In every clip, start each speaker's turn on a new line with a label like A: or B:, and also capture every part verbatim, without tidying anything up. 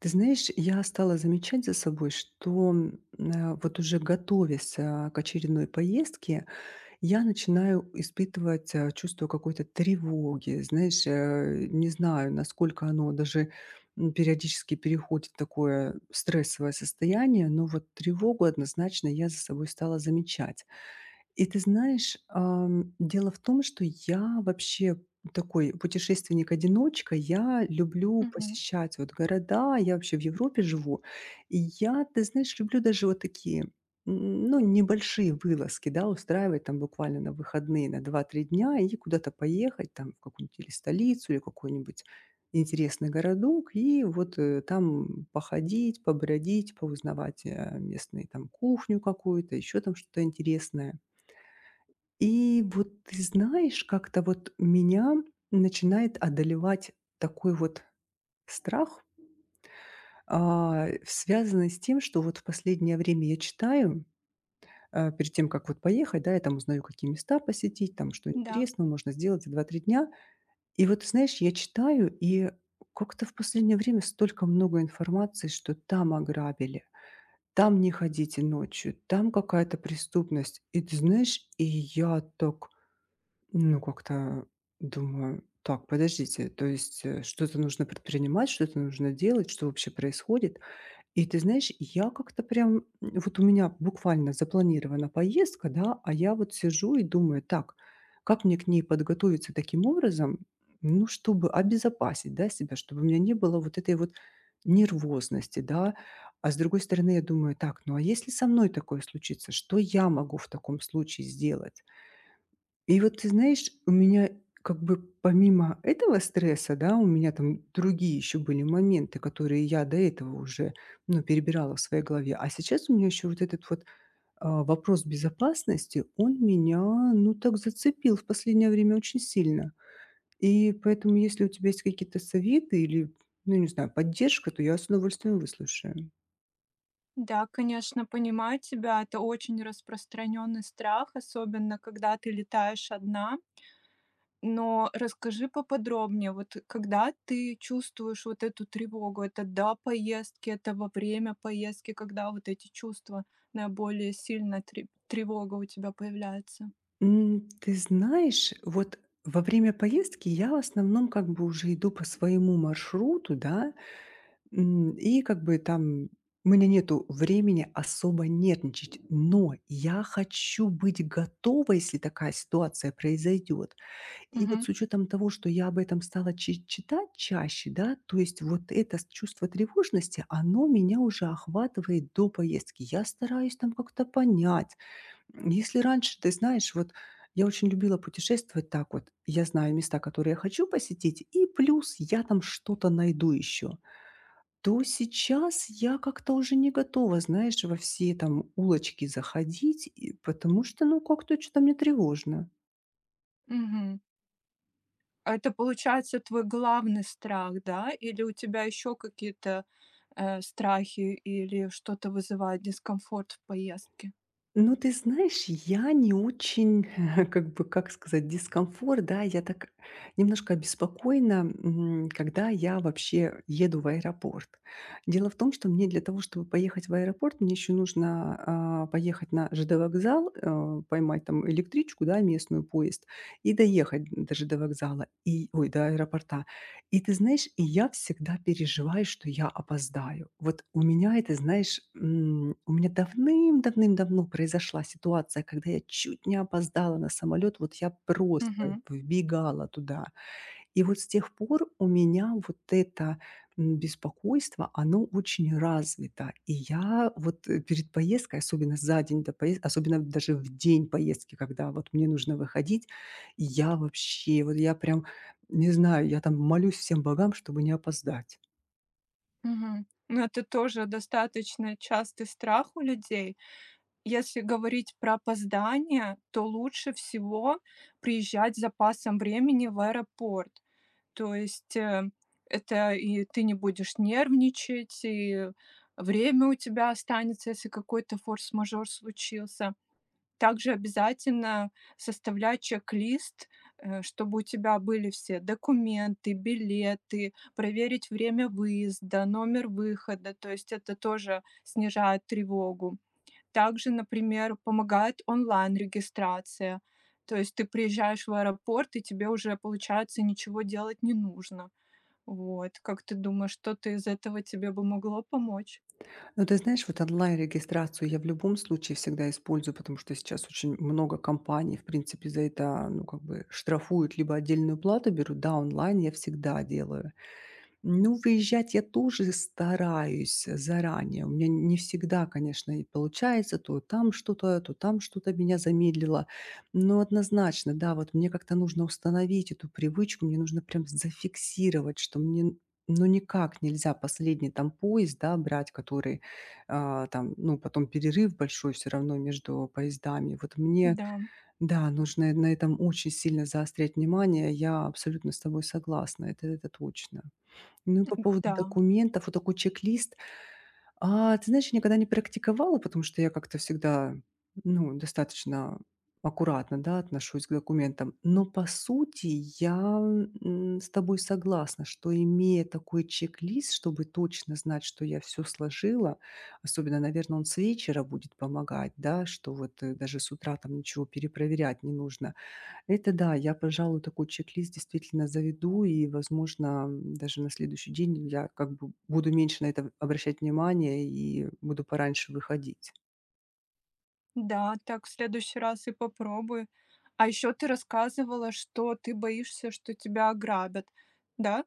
A: Ты знаешь, я стала замечать за собой, что м, э, вот уже готовясь а, к очередной поездке, я начинаю испытывать а, чувство какой-то тревоги. Знаешь, э, не знаю, насколько оно даже м, периодически переходит в такое стрессовое состояние, но вот тревогу однозначно я за собой стала замечать. И ты знаешь, ам, дело в том, что я вообще такой путешественник-одиночка. Я люблю
B: Мгм.
A: посещать вот города. Я вообще в Европе живу. И я, ты знаешь, люблю даже вот такие, м, ну, небольшие вылазки, да, устраивать там буквально на выходные, на два-три дня и куда-то поехать там в какую-нибудь или столицу, или какой-нибудь интересный городок, и вот э, там походить, побродить, поузнавать э, местные там кухню какую-то, еще там что-то интересное. И вот ты знаешь, как-то вот меня начинает одолевать такой вот страх, а, связанный с тем, что вот в последнее время я читаю, а, перед тем, как вот поехать, да, я там узнаю, какие места посетить, там, что
B: Да,
A: интересного можно сделать за два-три дня. И вот, знаешь, я читаю, и как-то в последнее время столько много информации, что там ограбили, там не ходите ночью, там какая-то преступность. И ты знаешь, и я так. Ну, как-то думаю: "Так, подождите, то есть, э, что-то нужно предпринимать, что-то нужно делать, что вообще происходит?" И ты знаешь, я как-то прям, м, вот у меня буквально запланирована поездка, да, а я вот сижу и думаю: "Так, как мне к ней подготовиться таким образом, ну, чтобы обезопасить, да, себя, чтобы у меня не было вот этой вот нервозности, да?" А с другой стороны, я думаю: "Так, ну, а если со мной такое случится, что я могу в таком случае сделать?" И вот ты знаешь, у меня как бы помимо этого стресса, да, у меня там другие еще были моменты, которые я до этого уже, ну, перебирала в своей голове. А сейчас у меня еще вот этот вот, а, вопрос безопасности, он меня, ну, так зацепил в последнее время очень сильно. И поэтому, если у тебя есть какие-то советы или, ну, не знаю, поддержка, то я с удовольствием выслушаю.
B: да, конечно, понимаю тебя. Это очень распространенный страх, особенно когда ты летаешь одна. Но расскажи поподробнее, вот когда ты чувствуешь вот эту тревогу, это до поездки, это во время поездки, когда вот эти чувства наиболее сильно тре- тревога у тебя появляется.
A: М, ты знаешь, вот во время поездки я в основном как бы уже иду по своему маршруту, да. М, и как бы там у меня нету времени особо нервничать, но я хочу быть готова, если такая ситуация произойдет. И вот
B: Мгм.
A: с учетом того, что я об этом стала чи- читать чаще, да, то есть вот это с- чувство тревожности, оно меня уже охватывает до поездки. Я стараюсь там как-то понять. М, Если раньше, ты знаешь, вот я очень любила путешествовать так вот. Я знаю места, которые я хочу посетить, и плюс я там что-то найду еще. То сейчас я как-то уже не готова, знаешь, во все там улочки заходить, и потому что, ну, как-то что то мне тревожно.
B: Мгм. А это, получается, твой главный страх, да? Или у тебя еще какие-то, э, страхи или что-то вызывает дискомфорт в поездке?
A: Ну, ты знаешь, я не очень, как бы, как сказать, дискомфорт, да, я так немножко обеспокоена, м, когда я вообще еду в аэропорт. Дело в том, что мне для того, чтобы поехать в аэропорт, мне еще нужно а, поехать на ЖД-вокзал, а, поймать там электричку, да, местную поезд, и доехать до ЖД-вокзала, и, ой, до аэропорта. И ты знаешь, и я всегда переживаю, что я опоздаю. Вот у меня это, знаешь, м, у меня давным-давным-давно произошла ситуация, когда я чуть не опоздала на самолет. Вот я просто
B: Мгм,
A: вбегала туда. И вот с тех пор у меня вот это, м, беспокойство, оно очень развито. И я вот, э, перед поездкой, особенно за день до поездки, особенно даже в день поездки, когда вот мне нужно выходить, я вообще, вот я прям, не знаю, я там молюсь всем богам, чтобы не опоздать.
B: мгм. Ну, это тоже достаточно частый страх у людей. Если говорить про опоздание, то лучше всего приезжать с запасом времени в аэропорт. То есть, э, это и ты не будешь нервничать, и время у тебя останется, если какой-то форс-мажор случился. Также обязательно составлять чек-лист, э, чтобы у тебя были все документы, билеты, проверить время выезда, номер выхода. То есть это тоже снижает тревогу. Также, например, помогает онлайн-регистрация. То есть ты приезжаешь в аэропорт, и тебе уже, получается, ничего делать не нужно. Вот. Как ты думаешь, что-то из этого тебе бы могло помочь?
A: Но ты знаешь, вот онлайн-регистрацию я в любом случае всегда использую, потому что сейчас очень много компаний, в принципе, за это, ну, как бы штрафуют, либо отдельную плату берут. Да, онлайн я всегда делаю. Ну, выезжать я тоже стараюсь заранее. У меня не всегда, конечно, и получается. То там что-то, то там что-то меня замедлило. Но однозначно, да, вот мне как-то нужно установить эту привычку, мне нужно прям зафиксировать, что мне ну никак нельзя последний там поезд, да, брать, который а, там, ну, потом перерыв большой все равно между поездами. Вот мне,
B: Да,
A: да, нужно на этом очень сильно заострять внимание. Я абсолютно с тобой согласна, это, это точно. Ну, по поводу
B: да.
A: документов, вот такой чек-лист. А, ты знаешь, я никогда не практиковала, потому что я как-то всегда, ну, достаточно аккуратно, да, отношусь к документам. Но по сути я м, с тобой согласна, что имея такой чек-лист, чтобы точно знать, что я все сложила, особенно, наверное, он с вечера будет помогать, да, что вот э, даже с утра там ничего перепроверять не нужно. Это да, я, пожалуй, такой чек-лист действительно заведу, и, возможно, м, даже на следующий день я как бы буду меньше на это обращать внимание и буду пораньше выходить.
B: Да, так в следующий раз и попробую. А еще ты рассказывала, что ты боишься, что тебя ограбят, да?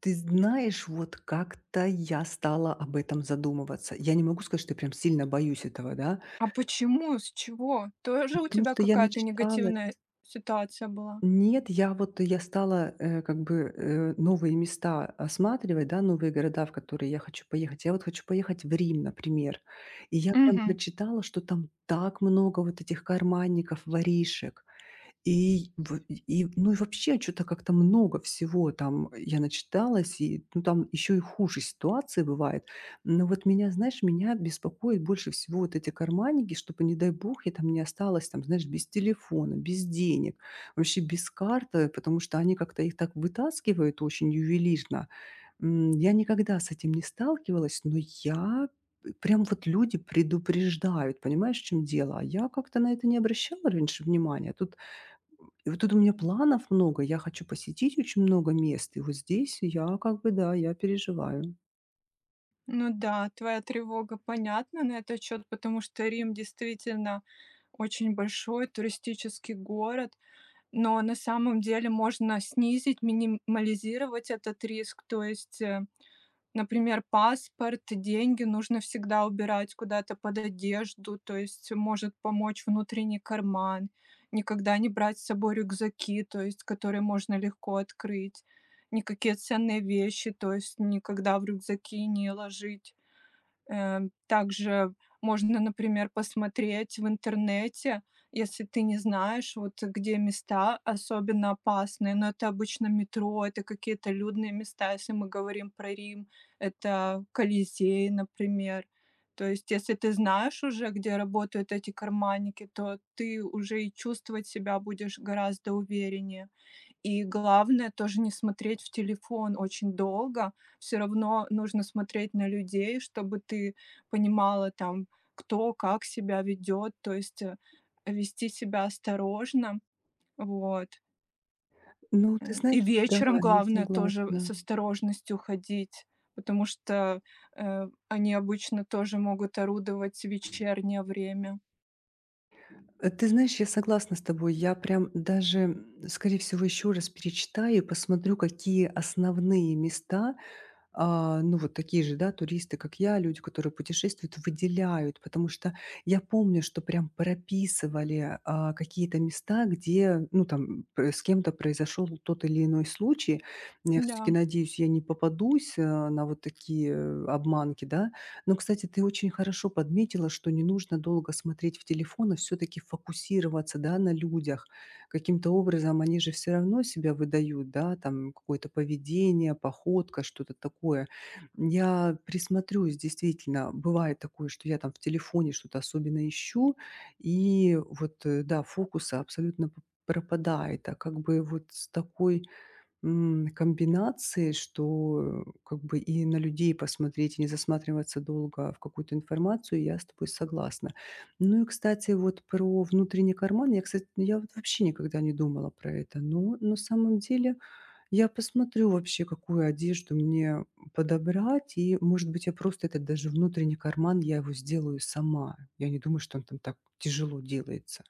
A: Ты знаешь, вот как-то я стала об этом задумываться. Я не могу сказать, что я прям сильно боюсь этого, да,
B: А почему? С чего?
A: ну,
B: Тоже у
A: потому
B: тебя
A: что я
B: какая-то
A: начиталась.
B: негативная ситуация была?
A: Нет, я вот, я стала, э, как бы, э, новые места осматривать, да, новые города, в которые я хочу поехать. Я вот хочу поехать в Рим, например. И я прям
B: Мгм.
A: прочитала, что там так много вот этих карманников, воришек. И в и, ну, и вообще что то как-то много всего там я начиталась, и, ну, там еще и хуже ситуации бывает. Но вот меня, знаешь, меня беспокоит больше всего вот эти карманники, чтобы, не дай бог, я там не осталась там, знаешь, без телефона, без денег, вообще без карты, потому что они как-то их так вытаскивают очень ювелирно. М, я никогда с этим не сталкивалась, но я прям вот люди предупреждают, понимаешь, в чём дело? А я как-то на это не обращала раньше внимания. а Тут и вот тут у меня планов много. Я хочу посетить очень много мест. И вот здесь я как бы, да, я переживаю.
B: Ну да, твоя тревога понятна на этот счет, потому что Рим действительно очень большой туристический город, но на самом деле можно снизить, минимализировать этот риск, то есть э, например, паспорт, деньги нужно всегда убирать куда-то под одежду, то есть может помочь внутренний карман. Никогда не брать с собой рюкзаки, то есть которые можно легко открыть. Никакие ценные вещи, то есть никогда в рюкзаки не ложить. Э, также можно, например, посмотреть в интернете, если ты не знаешь, вот где места особенно опасные, но это обычно метро, это какие-то людные места, если мы говорим про Рим, это Колизей, например. То есть, если ты знаешь уже, где работают эти карманники, то ты уже и чувствовать себя будешь гораздо увереннее. И главное тоже не смотреть в телефон очень долго, все равно нужно смотреть на людей, чтобы ты понимала там, кто как себя ведет, то есть, э, вести себя осторожно, вот.
A: Ну,
B: Э,
A: ты
B: и
A: знаешь, да,
B: вечером
A: я
B: главное тоже с
A: согласна.
B: осторожностью ходить, потому что, э, они обычно тоже могут орудовать в вечернее время.
A: Э, ты знаешь, я согласна с тобой. Я прям даже, м, скорее всего, еще раз перечитаю и посмотрю, какие основные места а, ну, вот такие же, да, туристы, как я, люди, которые путешествуют, выделяют, потому что я помню, что прям прописывали а, какие-то места, где, ну, там, п- с кем-то произошел тот или иной случай. Я все-таки
B: Да.
A: надеюсь, я не попадусь э, на вот такие э, обманки, да. Но, кстати, ты очень хорошо подметила, что не нужно долго смотреть в телефон, а все-таки фокусироваться, да, на людях каким-то образом они же все равно себя выдают, да, там какое-то поведение, походка, что-то такое. Я присмотрюсь, действительно, бывает такое, что я там в телефоне что-то особенно ищу, и вот, э, да, фокуса абсолютно п- пропадает, а как бы вот с такой. М, комбинации, что, э, как бы и на людей посмотреть, и не засматриваться долго в какую-то информацию, я с тобой согласна. Ну и, кстати, вот про внутренний карман, я, кстати, я вот вообще никогда не думала про это, но на самом деле я посмотрю вообще, какую одежду мне подобрать, и, может быть, я просто этот даже внутренний карман, я его сделаю сама. Я не думаю, что он там так тяжело делается.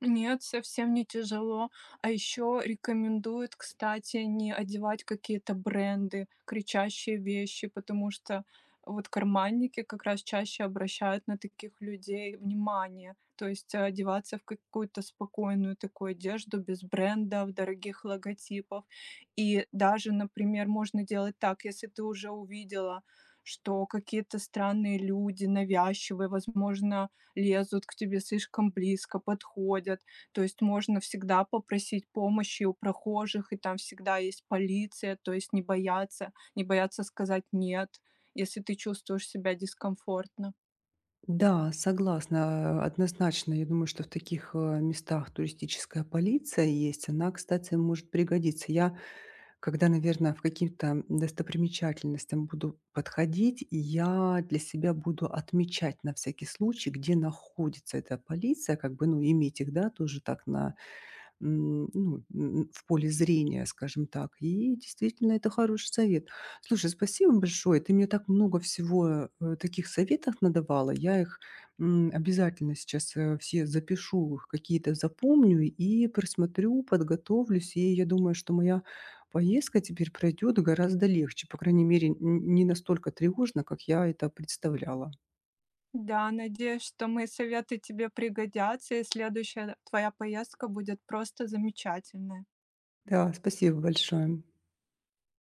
B: Нет, совсем не тяжело. А еще рекомендуют, кстати, не одевать какие-то бренды, кричащие вещи, потому что вот карманники как раз чаще обращают на таких людей внимание. То есть э, одеваться в какую-то спокойную такую одежду без брендов, дорогих логотипов. И даже, например, можно делать так, если ты уже увидела, что какие-то странные люди, навязчивые, возможно, лезут к тебе слишком близко, подходят. То есть можно всегда попросить помощи у прохожих, и там всегда есть полиция, то есть не бояться, не бояться сказать «нет», если ты чувствуешь себя дискомфортно.
A: Да, согласна, э, однозначно. Я думаю, что в таких, э, местах туристическая полиция есть. Она, кстати, может пригодиться. Я, когда, наверное, в каким-то достопримечательностям буду подходить, я для себя буду отмечать на всякий случай, где находится эта полиция, как бы, ну, иметь их, да, тоже так на. М, ну, м, в поле зрения, скажем так. И действительно, это хороший совет. Слушай, спасибо большое. Ты мне так много всего, э, таких советов надавала. Я их, м, обязательно сейчас, э, все запишу, какие-то запомню и просмотрю, подготовлюсь. И я думаю, что моя поездка теперь пройдет гораздо легче. По крайней мере, н не настолько тревожно, как я это представляла.
B: Да, надеюсь, что мои советы тебе пригодятся, и следующая твоя поездка будет просто замечательная.
A: Да, спасибо большое.